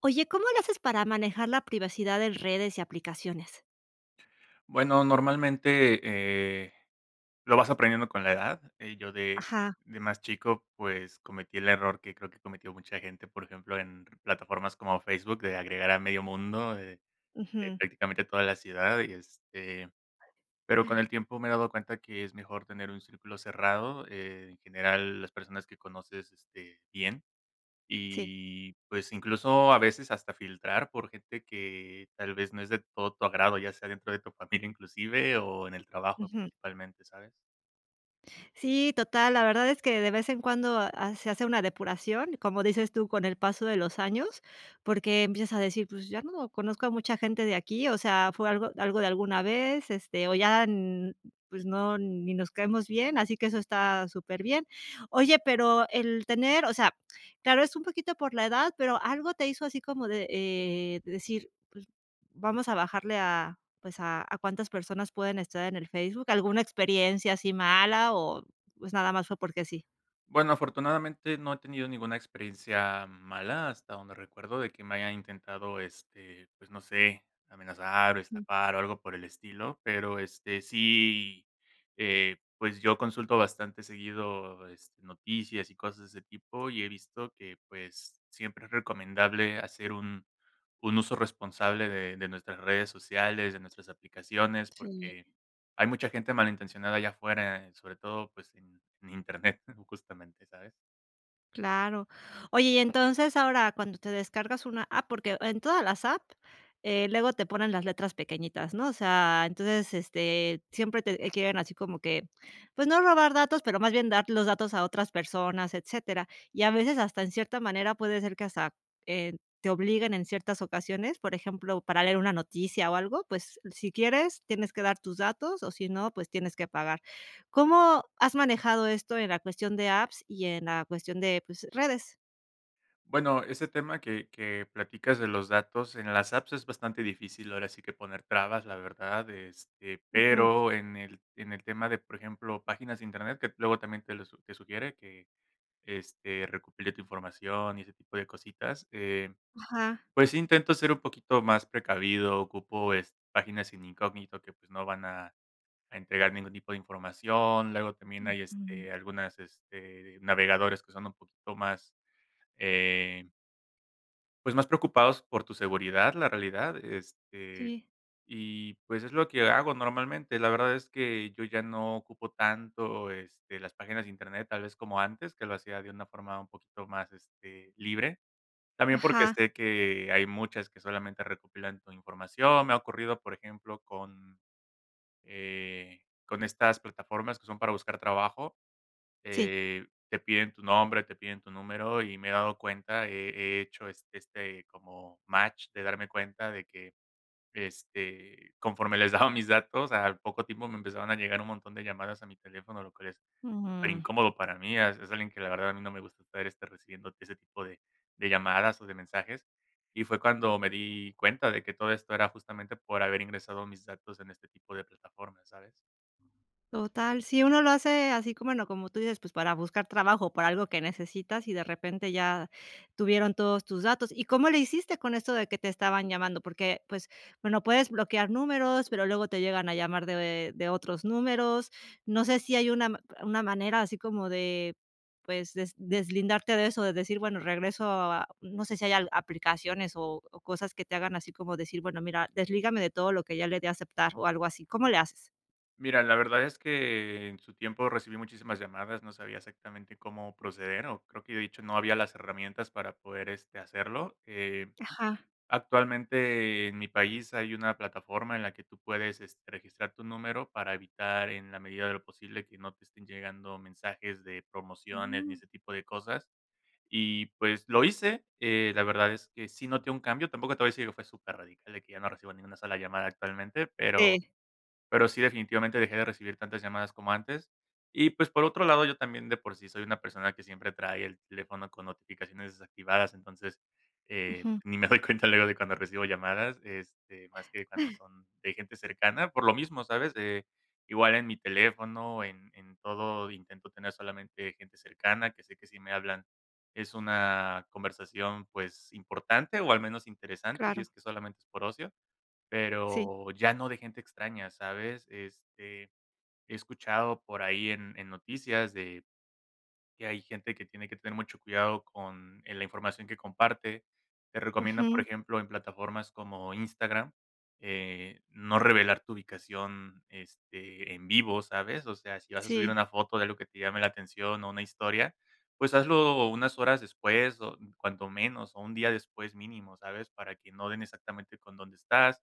Oye, ¿cómo le haces para manejar la privacidad en redes y aplicaciones? Bueno, normalmente, lo vas aprendiendo con la edad. Yo de Ajá, de más chico, pues, cometí el error que creo que cometió mucha gente, por ejemplo, en plataformas como Facebook, de agregar a medio mundo, ujú. prácticamente toda la ciudad, y, pero con el tiempo me he dado cuenta que es mejor tener un círculo cerrado, en general, las personas que conoces, bien. Sí. Y, pues, incluso a veces hasta filtrar por gente que tal vez no es de todo tu agrado, ya sea dentro de tu familia inclusive o en el trabajo Ujú. principalmente, ¿sabes? Sí, total, la verdad es que de vez en cuando ha se hace una depuración, como dices tú, con el paso de los años, porque empiezas a decir, pues, ya no conozco a mucha gente de aquí, o sea, fue algo de alguna vez, este, o ya, pues, no, ni nos caemos bien, así que eso está súper bien. Oye, pero el tener, o sea, claro, es un poquito por la edad, pero algo te hizo así como de decir, pues, vamos a bajarle a pues, a cuántas personas pueden estar en el Facebook, ¿alguna experiencia así mala o? Pues nada más fue porque sí. Bueno, afortunadamente no he tenido ninguna experiencia mala hasta donde recuerdo de que me hayan intentado, pues no sé, amenazar o Ujú, estafar o algo por el estilo, pero sí, pues yo consulto bastante seguido noticias y cosas de ese tipo y he visto que pues siempre es recomendable hacer un uso responsable de nuestras redes sociales, de nuestras aplicaciones, sí. porque hay mucha gente malintencionada allá afuera, sobre todo, pues, en Internet, justamente, ¿sabes? Claro. Oye, y entonces ahora cuando te descargas una app, porque en todas las apps, luego te ponen las letras pequeñitas, ¿no? O sea, entonces, este, siempre te quieren así como que, pues no robar datos, pero más bien dar los datos a otras personas, etcétera. Y a veces hasta en cierta manera puede ser que hasta, te obliguen en ciertas ocasiones, por ejemplo, para leer una noticia o algo, pues si quieres, tienes que dar tus datos o si no, pues tienes que pagar. ¿Cómo has manejado esto en la cuestión de apps y en la cuestión de, pues, redes? Bueno, ese tema que platicas de los datos, en las apps es bastante difícil, ahora sí que poner trabas, la verdad, Ujú. pero en el tema de, por ejemplo, páginas de Internet, que luego también te lo su te sugiere que, recopile tu información y ese tipo de cositas, Ajá. pues, sí intento ser un poquito más precavido, ocupo, páginas sin incógnito que, pues, no van a entregar ningún tipo de información. Luego también hay, Ujú. Algunas, navegadores que son un poquito más, eh, pues, más preocupados por tu seguridad, la realidad, Sí. y, pues, es lo que hago normalmente. La verdad es que yo ya no ocupo tanto, las páginas de Internet, tal vez como antes, que lo hacía de una forma un poquito más, libre. También porque Ajá, sé que hay muchas que solamente recopilan tu información. Me ha ocurrido, por ejemplo, con estas plataformas que son para buscar trabajo, sí. Te piden tu nombre, te piden tu número y me he dado cuenta, he hecho como match de darme cuenta de que conforme les daba mis datos, al poco tiempo me empezaban a llegar un montón de llamadas a mi teléfono, lo cual es súper Mm. incómodo para mí. Es alguien que la verdad a mí no me gusta estar recibiendo ese tipo de llamadas o de mensajes. Y fue cuando me di cuenta de que todo esto era justamente por haber ingresado mis datos en este tipo de plataformas, ¿sabes? Total, si uno lo hace así como, bueno, como tú dices, pues para buscar trabajo, para algo que necesitas y de repente ya tuvieron todos tus datos. ¿Y cómo le hiciste con esto de que te estaban llamando? Porque, pues, bueno, puedes bloquear números, pero luego te llegan a llamar de otros números. No sé si hay una, ma- una manera así como de, pues, des- deslindarte de eso, de decir, bueno, regreso a, no sé si hay al- aplicaciones o cosas que te hagan así como decir, bueno, mira, deslígame de todo lo que ya le di a aceptar o algo así. ¿Cómo le haces? Mira, la verdad es que en su tiempo recibí muchísimas llamadas, no sabía exactamente cómo proceder, o creo que de hecho no había las herramientas para poder hacerlo. Eh, Ajá. actualmente en mi país hay una plataforma en la que tú puedes registrar tu número para evitar en la medida de lo posible que no te estén llegando mensajes de promociones ni Mm, ese tipo de cosas. Y pues lo hice, la verdad es que sí noté un cambio, tampoco te voy a decir que fue súper radical de que ya no recibo ninguna sola llamada actualmente, pero sí, sí, definitivamente dejé de recibir tantas llamadas como antes. Y, pues, por otro lado, yo también de por sí soy una persona que siempre trae el teléfono con notificaciones desactivadas, entonces, ujú, ni me doy cuenta luego de cuando recibo llamadas, más que cuando son de gente cercana, por lo mismo, ¿sabes? Igual en mi teléfono, en todo, intento tener solamente gente cercana, que sé que si me hablan es una conversación, pues, importante, o al menos interesante, si claro, es que solamente es por ocio. sí, Pero ya no de gente extraña, ¿sabes? He escuchado por ahí en noticias de que hay gente que tiene que tener mucho cuidado con, la información que comparte. Te recomiendan, por ujú, ejemplo, en plataformas como Instagram, no revelar tu ubicación, en vivo, ¿sabes? O sea, si vas a subir sí, una foto de algo que te llame la atención o una historia, pues hazlo unas horas después o cuanto menos, o un día después mínimo, ¿sabes? Para que no den exactamente con dónde estás.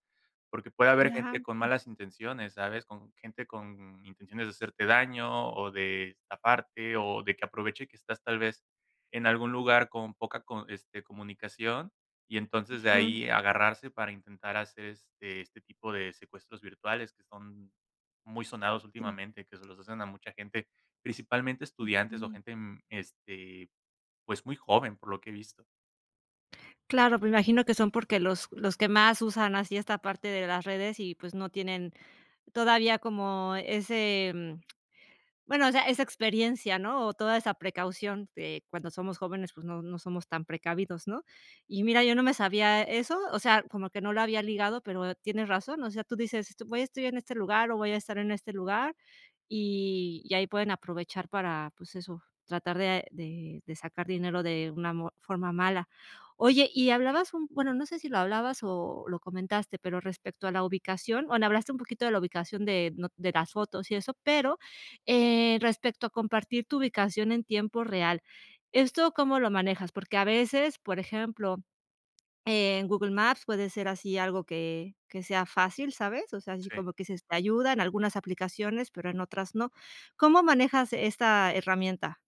Porque puede haber gente claro, con malas intenciones, ¿sabes? Con gente con intenciones de hacerte daño, o de estafarte, o de que aproveche que estás tal vez en algún lugar con poca comunicación, y entonces de ujú, ahí agarrarse para intentar hacer este tipo de secuestros virtuales que son muy sonados sí, últimamente, que se los hacen a mucha gente, principalmente estudiantes o ujú. gente, pues, muy joven, por lo que he visto. Claro, me imagino que son porque los que más usan así esta parte de las redes y, pues, no tienen todavía como ese, mm. Bueno, o sea, esa experiencia, ¿no? O toda esa precaución que cuando somos jóvenes, pues, no somos tan precavidos, ¿no? Y mira, yo no me sabía eso, o sea, como que no lo había ligado, pero tienes razón, o sea, tú dices: "Estu- "Voy a estoy en este lugar o voy a estar en este lugar", y ahí pueden aprovechar para, pues, eso, tratar de sacar dinero de una mo forma mala. Oye, y hablabas un bueno, no sé si lo hablabas o lo comentaste, pero respecto a la ubicación, bueno, hablaste un poquito de la ubicación de no de las fotos y eso, pero respecto a compartir tu ubicación en tiempo real, ¿esto cómo lo manejas? Porque a veces, por ejemplo, en Google Maps puede ser así algo que sea fácil, ¿sabes? O sea, así Sí. como que se te ayuda en algunas aplicaciones, pero en otras no. ¿Cómo manejas esta herramienta?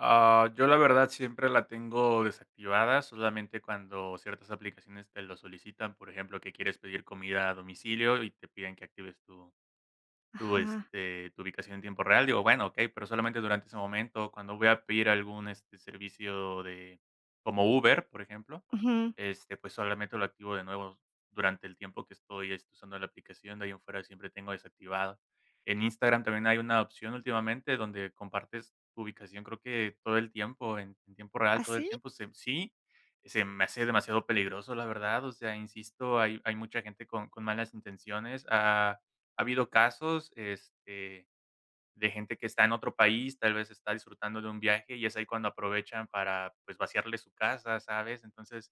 Ah, yo la verdad siempre la tengo desactivada, solamente cuando ciertas aplicaciones te lo solicitan, por ejemplo, que quieres pedir comida a domicilio y te piden que actives tu tu, Ajá. este, tu ubicación en tiempo real. Digo, bueno, ok, pero solamente durante ese momento, cuando voy a pedir algún servicio de como Uber, por ejemplo, Ujú. Pues solamente lo activo de nuevo durante el tiempo que estoy usando la aplicación. De ahí en fuera siempre tengo desactivado. En Instagram también hay una opción últimamente donde compartes tu ubicación, creo que todo el tiempo, en tiempo real, todo el ¿Así? tiempo. Sí, se me hace demasiado peligroso, la verdad. O sea, insisto, hay mucha gente con malas intenciones. Ah, ha habido casos, de gente que está en otro país, tal vez está disfrutando de un viaje y es ahí cuando aprovechan para, pues, vaciarle su casa, ¿sabes? Entonces,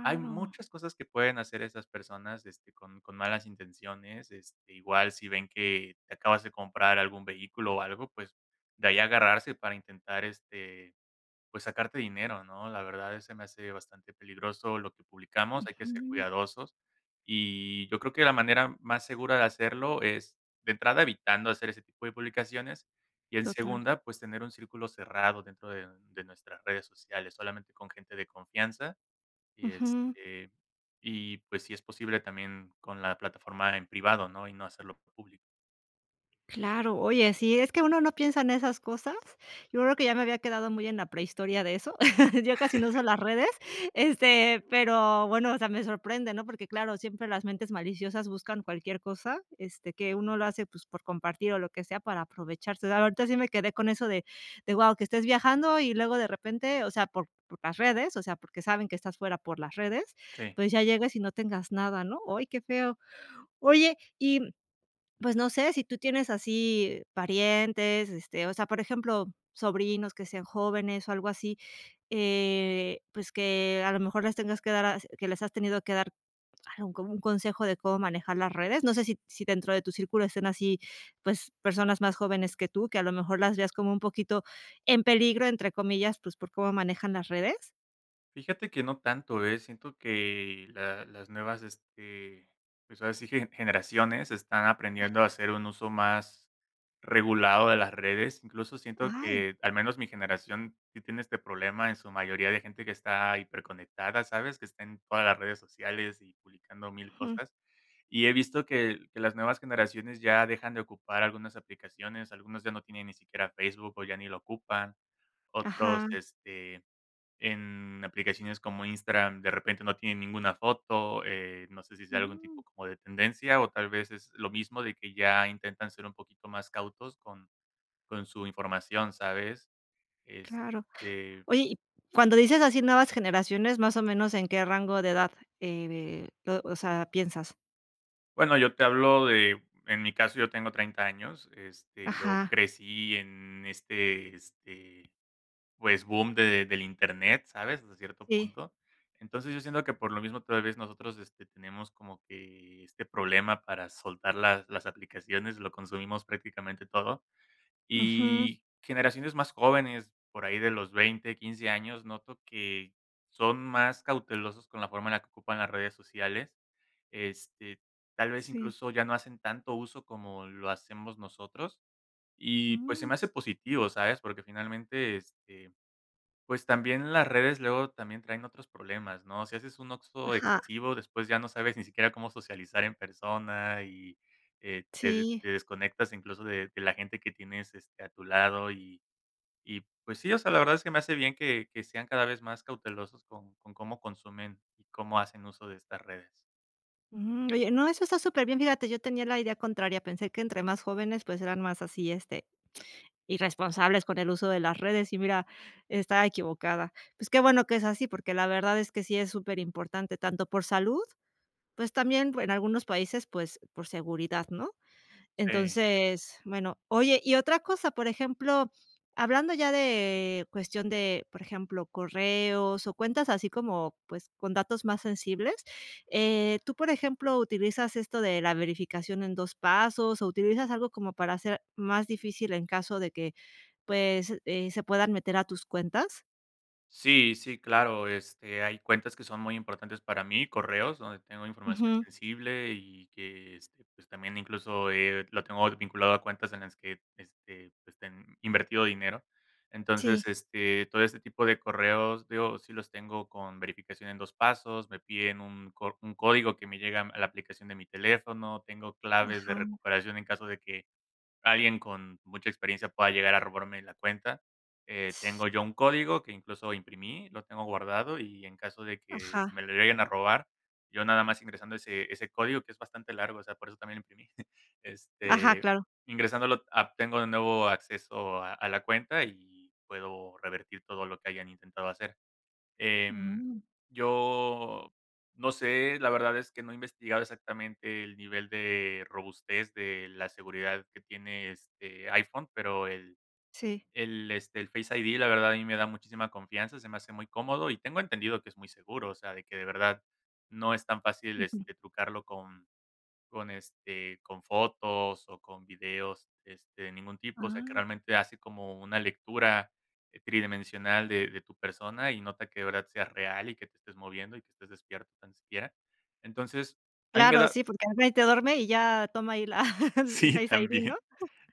hay muchas cosas que pueden hacer esas personas, con malas intenciones, igual si ven que te acabas de comprar algún vehículo o algo, pues, de ahí agarrarse para intentar, pues, sacarte dinero, ¿no? La verdad se me hace bastante peligroso lo que publicamos, hay que ser Ujú, cuidadosos. Y yo creo que la manera más segura de hacerlo es, de entrada, evitando hacer ese tipo de publicaciones, y en total. segunda, pues, tener un círculo cerrado dentro de nuestras redes sociales, solamente con gente de confianza, y, Ujú. este, y, pues, si es posible, también con la plataforma en privado, ¿no? Y no hacerlo público. Claro, oye, sí, es que uno no piensa en esas cosas. Yo creo que ya me había quedado muy en la prehistoria de eso. Yo casi no uso las redes, este, pero bueno, o sea, me sorprende, ¿no? Porque claro, siempre las mentes maliciosas buscan cualquier cosa, este, que uno lo hace pues por compartir o lo que sea para aprovecharse. Ahorita sí me quedé con eso de wow, que estés viajando y luego de repente, o sea, por las redes, o sea, porque saben que estás fuera por las redes, Sí. pues ya llegas y no tengas nada, ¿no? ¡Ay, qué feo! Oye, y pues no sé, si tú tienes así parientes, este, o sea, por ejemplo, sobrinos que sean jóvenes o algo así, pues que a lo mejor les tengas que dar as que les has tenido que dar algún como un consejo de cómo manejar las redes. No sé si dentro de tu círculo estén así, pues, personas más jóvenes que tú, que a lo mejor las veas como un poquito en peligro, entre comillas, pues, por cómo manejan las redes. Fíjate que no tanto, ¿eh? Siento que la las nuevas, pues, ahora sí que generaciones están aprendiendo a hacer un uso más regulado de las redes. Incluso siento Ay, que, al menos mi generación, sí tiene este problema en su mayoría de gente que está hiperconectada, ¿sabes? Que está en todas las redes sociales y publicando mil ujú, cosas. Y he visto que las nuevas generaciones ya dejan de ocupar algunas aplicaciones, algunos ya no tienen ni siquiera Facebook o ya ni lo ocupan, otros, ajá, en aplicaciones como Instagram, de repente no tienen ninguna foto, no sé si sea algún mm, tipo como de tendencia o tal vez es lo mismo de que ya intentan ser un poquito más cautos con su información, ¿sabes? claro. Este, Oye, y cuando dices así nuevas generaciones, más o menos, ¿en qué rango de edad, lo o sea, piensas? bueno, yo te hablo de en mi caso, yo tengo 30 años, yo Ajá, crecí en pues, boom de del internet, ¿sabes? Hasta cierto sí. punto. Entonces, yo siento que por lo mismo tal vez nosotros, tenemos como que este problema para soltar las aplicaciones, lo consumimos prácticamente todo. Ujú, Y generaciones más jóvenes, por ahí de los 20 15 años, noto que son más cautelosos con la forma en la que ocupan las redes sociales. Este, tal vez sí. incluso ya no hacen tanto uso como lo hacemos nosotros. Y, pues, se Mm, me hace positivo, ¿sabes? Porque finalmente, pues también las redes luego también traen otros problemas, ¿no? Si haces un oxxo ajá, excesivo, después ya no sabes ni siquiera cómo socializar en persona y, eh, te de sí. te desconectas incluso de la gente que tienes, a tu lado y pues sí, o sea, la verdad es que me hace bien que sean cada vez más cautelosos con cómo consumen y cómo hacen uso de estas redes. Mm, oye, no, eso está superbién. Fíjate, yo tenía la idea contraria, pensé que entre más jóvenes, pues, eran más así, este, irresponsables con el uso de las redes, y mira, estaba equivocada. Pues, qué bueno que es así, porque la verdad es que sí es superimportante, tanto por salud, pues, también en algunos países, pues, por seguridad, ¿no? Sí. Entonces, bueno, oye, y otra cosa, por ejemplo, hablando ya de cuestión de, por ejemplo, correos o cuentas así como, pues, con datos más sensibles, ¿tú, por ejemplo, utilizas esto de la verificación en 2 pasos o utilizas algo como para hacer más difícil en caso de que, pues, se puedan meter a tus cuentas? Sí, sí, claro, hay cuentas que son muy importantes para mí, correos donde tengo información Ujú, sensible y que, pues, también incluso, lo tengo vinculado a cuentas en las que, pues, ten invertido dinero. Entonces, sí, todo este tipo de correos, digo, sí los tengo con verificación en 2 pasos, me piden un código que me llega a la aplicación de mi teléfono, tengo claves de ajá, recuperación en caso de que alguien con mucha experiencia pueda llegar a robarme la cuenta. Eh, ts- tengo yo un código que incluso imprimí, lo tengo guardado y en caso de que ajá, me lo lleguen a robar, yo nada más ingresando ese código, que es bastante largo, o sea, por eso también lo imprimí, ajá, este, claro. ingresándolo tengo de nuevo acceso a la cuenta y puedo revertir todo lo que hayan intentado hacer. Em, Mm, yo no sé, la verdad es que no he investigado exactamente el nivel de robustez de la seguridad que tiene este iPhone, pero el sí, el, este, el Face ID, la verdad, a mí me da muchísima confianza, se me hace muy cómodo y tengo entendido que es muy seguro, o sea, de que de verdad no es tan fácil, ujú, trucarlo con fotos o con videos, de ningún tipo, o sea, que ah. realmente hace como una lectura, tridimensional de tu persona y nota que de verdad sea real y que te estés moviendo y que estés despierto tan siquiera. Entonces, a mí me Claro, da sí, porque alguien ahí te duerme y ya toma ahí la el sí, Face ID, ¿no? también.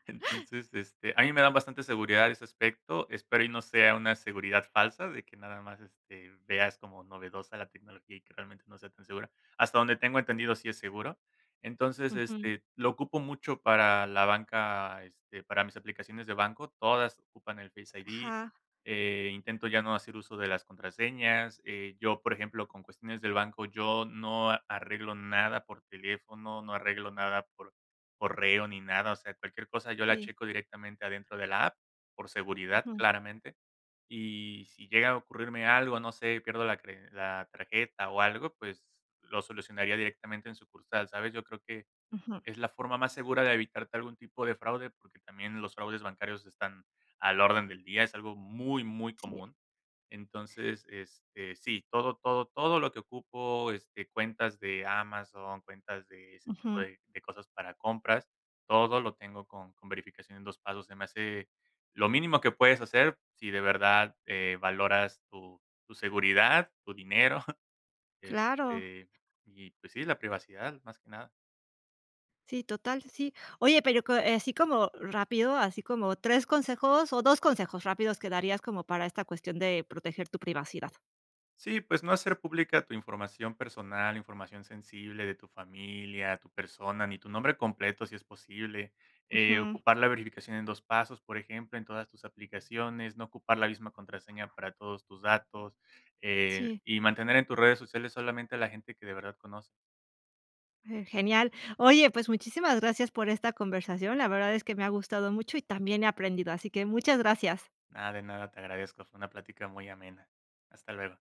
Entonces, a mí me dan bastante seguridad ese aspecto. Espero y no sea una seguridad falsa de que nada más, veas como novedosa la tecnología y que realmente no sea tan segura. Hasta donde tengo entendido, sí es seguro. Entonces, Ujú. Lo ocupo mucho para la banca, para mis aplicaciones de banco. Todas ocupan el Face ID. Ajá, Intento ya no hacer uso de las contraseñas. Yo, por ejemplo, con cuestiones del banco, yo no arreglo nada por teléfono, no arreglo nada por correo ni nada, o sea, cualquier cosa yo la sí, checo directamente adentro de la app, por seguridad, ujú, claramente. Y si llega a ocurrirme algo, no sé, pierdo la tarjeta o algo, pues, lo solucionaría directamente en sucursal, ¿sabes? Yo creo que ujú, es la forma más segura de evitarte algún tipo de fraude, porque también los fraudes bancarios están al orden del día, es algo muy, muy sí, común. Entonces, sí, todo, todo, todo lo que ocupo, cuentas de Amazon, cuentas de ese tipo ujú. de cosas para compras, todo lo tengo con verificación en dos pasos. Se me hace lo mínimo que puedes hacer si de verdad valoras tu seguridad, tu dinero, Claro, este, y pues sí, la privacidad, más que nada. sí, total, sí. Oye, pero co así como rápido, así como 3 consejos o 2 consejos rápidos que darías como para esta cuestión de proteger tu privacidad. Sí, pues no hacer pública tu información personal, información sensible de tu familia, tu persona, ni tu nombre completo si es posible. Eh, Ujú, ocupar la verificación en dos pasos, por ejemplo, en todas tus aplicaciones, no ocupar la misma contraseña para todos tus datos sí, y mantener en tus redes sociales solamente a la gente que de verdad conoces. Genial. Oye, pues muchísimas gracias por esta conversación. La verdad es que me ha gustado mucho y también he aprendido, así que muchas gracias. Nada de nada, te agradezco. Fue una plática muy amena. Hasta luego.